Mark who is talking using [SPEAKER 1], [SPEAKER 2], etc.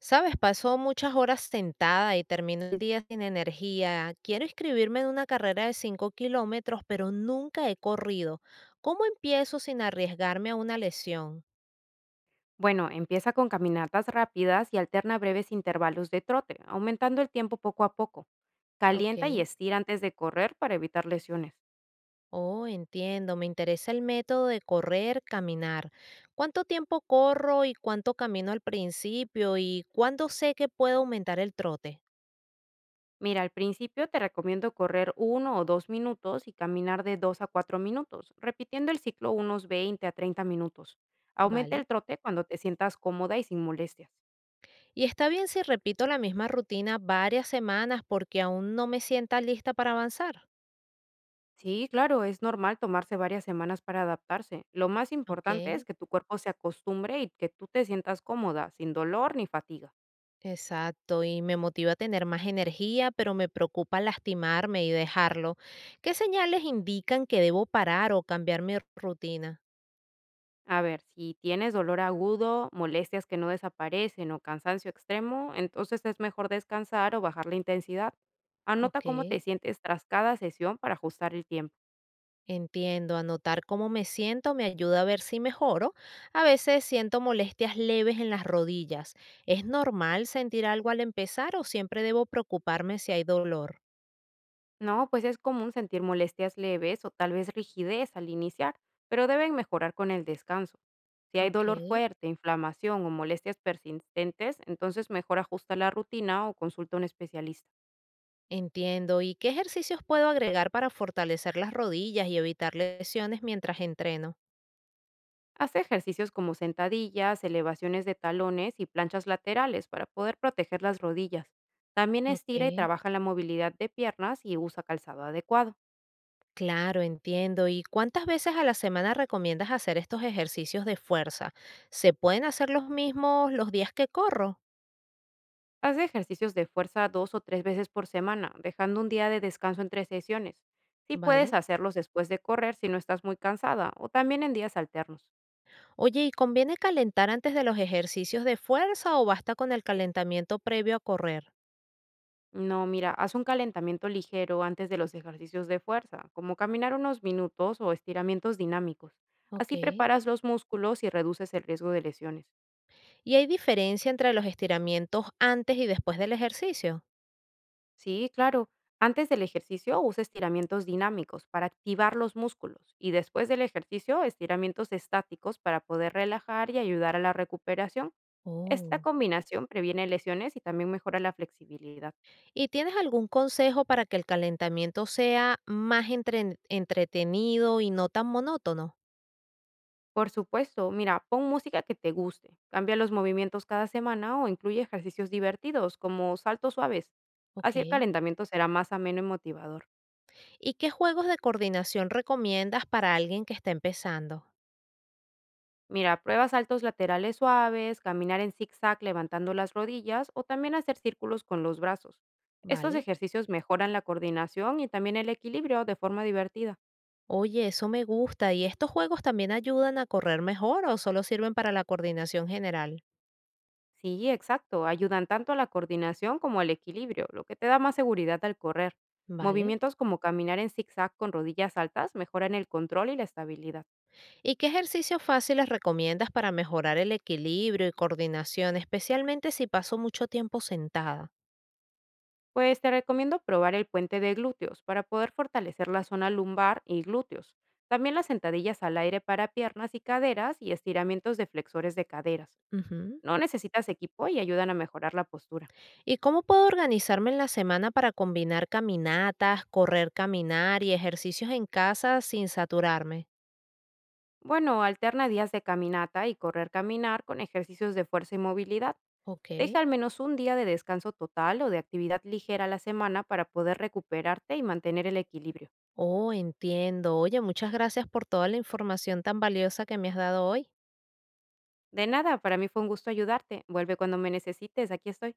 [SPEAKER 1] Sabes, paso muchas horas sentada y termino el día sin energía. Quiero inscribirme en una carrera de 5 kilómetros, pero nunca he corrido. ¿Cómo empiezo sin arriesgarme a una lesión?
[SPEAKER 2] Bueno, empieza con caminatas rápidas y alterna breves intervalos de trote, aumentando el tiempo poco a poco.
[SPEAKER 1] Ok.
[SPEAKER 2] Calienta y estira antes de correr para evitar lesiones.
[SPEAKER 1] Oh, entiendo. Me interesa el método de correr, caminar. ¿Cuánto tiempo corro y cuánto camino al principio? ¿Y cuándo sé que puedo aumentar el trote?
[SPEAKER 2] Mira, al principio te recomiendo correr 1 o 2 minutos y caminar de 2 a 4 minutos, repitiendo el ciclo unos 20 a 30 minutos. Aumenta
[SPEAKER 1] Vale.
[SPEAKER 2] el trote cuando te sientas cómoda y sin molestias.
[SPEAKER 1] Y está bien si repito la misma rutina varias semanas porque aún no me sienta lista para avanzar.
[SPEAKER 2] Sí, claro, es normal tomarse varias semanas para adaptarse. Lo más importante es
[SPEAKER 1] Ok.
[SPEAKER 2] que tu cuerpo se acostumbre y que tú te sientas cómoda, sin dolor ni fatiga.
[SPEAKER 1] Exacto, y me motiva a tener más energía, pero me preocupa lastimarme y dejarlo. ¿Qué señales indican que debo parar o cambiar mi rutina?
[SPEAKER 2] A ver, si tienes dolor agudo, molestias que no desaparecen o cansancio extremo, entonces es mejor descansar o bajar la intensidad. Anota
[SPEAKER 1] Ok,
[SPEAKER 2] cómo te sientes tras cada sesión para ajustar el tiempo.
[SPEAKER 1] entiendo. Anotar cómo me siento me ayuda a ver si mejoro. A veces siento molestias leves en las rodillas. ¿Es normal sentir algo al empezar o siempre debo preocuparme si hay dolor?
[SPEAKER 2] No, pues es común sentir molestias leves o tal vez rigidez al iniciar, pero deben mejorar con el descanso. Si hay
[SPEAKER 1] Ok,
[SPEAKER 2] dolor fuerte, inflamación o molestias persistentes, entonces mejor ajusta la rutina o consulta a un especialista.
[SPEAKER 1] entiendo. ¿Y qué ejercicios puedo agregar para fortalecer las rodillas y evitar lesiones mientras entreno?
[SPEAKER 2] Hace ejercicios como sentadillas, elevaciones de talones y planchas laterales para poder proteger las rodillas. También
[SPEAKER 1] Ok.
[SPEAKER 2] estira y trabaja la movilidad de piernas y usa calzado adecuado.
[SPEAKER 1] Claro, entiendo. ¿Y cuántas veces a la semana recomiendas hacer estos ejercicios de fuerza? ¿Se pueden hacer los mismos los días que corro?
[SPEAKER 2] Hace ejercicios de fuerza 2 o 3 veces por semana, dejando un día de descanso entre sesiones. Sí puedes
[SPEAKER 1] Vale.
[SPEAKER 2] hacerlos después de correr si no estás muy cansada o también en días alternos.
[SPEAKER 1] Oye, ¿y conviene calentar antes de los ejercicios de fuerza o basta con el calentamiento previo a correr?
[SPEAKER 2] No, mira, haz un calentamiento ligero antes de los ejercicios de fuerza, como caminar unos minutos o estiramientos dinámicos.
[SPEAKER 1] Ok.
[SPEAKER 2] Así preparas los músculos y reduces el riesgo de lesiones.
[SPEAKER 1] ¿Y hay diferencia entre los estiramientos antes y después del ejercicio?
[SPEAKER 2] Sí, claro. Antes del ejercicio usa estiramientos dinámicos para activar los músculos y después del ejercicio estiramientos estáticos para poder relajar y ayudar a la recuperación. Esta
[SPEAKER 1] Oh.
[SPEAKER 2] combinación previene lesiones y también mejora la flexibilidad.
[SPEAKER 1] ¿Y tienes algún consejo para que el calentamiento sea más entretenido y no tan monótono?
[SPEAKER 2] Por supuesto, mira, pon música que te guste, cambia los movimientos cada semana o incluye ejercicios divertidos como saltos suaves.
[SPEAKER 1] Ok.
[SPEAKER 2] Así el calentamiento será más ameno y motivador.
[SPEAKER 1] ¿Y qué juegos de coordinación recomiendas para alguien que está empezando?
[SPEAKER 2] Mira, prueba saltos laterales suaves, caminar en zigzag levantando las rodillas o también hacer círculos con los brazos. Estos
[SPEAKER 1] ¿Vale?
[SPEAKER 2] ejercicios mejoran la coordinación y también el equilibrio de forma divertida.
[SPEAKER 1] Oye, eso me gusta. ¿Y estos juegos también ayudan a correr mejor o solo sirven para la coordinación general?
[SPEAKER 2] Sí, exacto. Ayudan tanto a la coordinación como al equilibrio, lo que te da más seguridad al correr.
[SPEAKER 1] ¿Vale?
[SPEAKER 2] Movimientos como caminar en zigzag con rodillas altas mejoran el control y la estabilidad.
[SPEAKER 1] ¿Y qué ejercicios fáciles recomiendas para mejorar el equilibrio y coordinación, especialmente si paso mucho tiempo sentada?
[SPEAKER 2] Pues te recomiendo probar el puente de glúteos para poder fortalecer la zona lumbar y glúteos. También las sentadillas al aire para piernas y caderas y estiramientos de flexores de caderas.
[SPEAKER 1] Ujú.
[SPEAKER 2] No necesitas equipo y ayudan a mejorar la postura.
[SPEAKER 1] ¿Y cómo puedo organizarme en la semana para combinar caminatas, correr, caminar y ejercicios en casa sin saturarme?
[SPEAKER 2] Bueno, alterna días de caminata y correr caminar con ejercicios de fuerza y movilidad.
[SPEAKER 1] Ok.
[SPEAKER 2] Deja al menos un día de descanso total o de actividad ligera a la semana para poder recuperarte y mantener el equilibrio.
[SPEAKER 1] Oh, entiendo. Oye, muchas gracias por toda la información tan valiosa que me has dado hoy.
[SPEAKER 2] De nada, para mí fue un gusto ayudarte. Vuelve cuando me necesites, aquí estoy.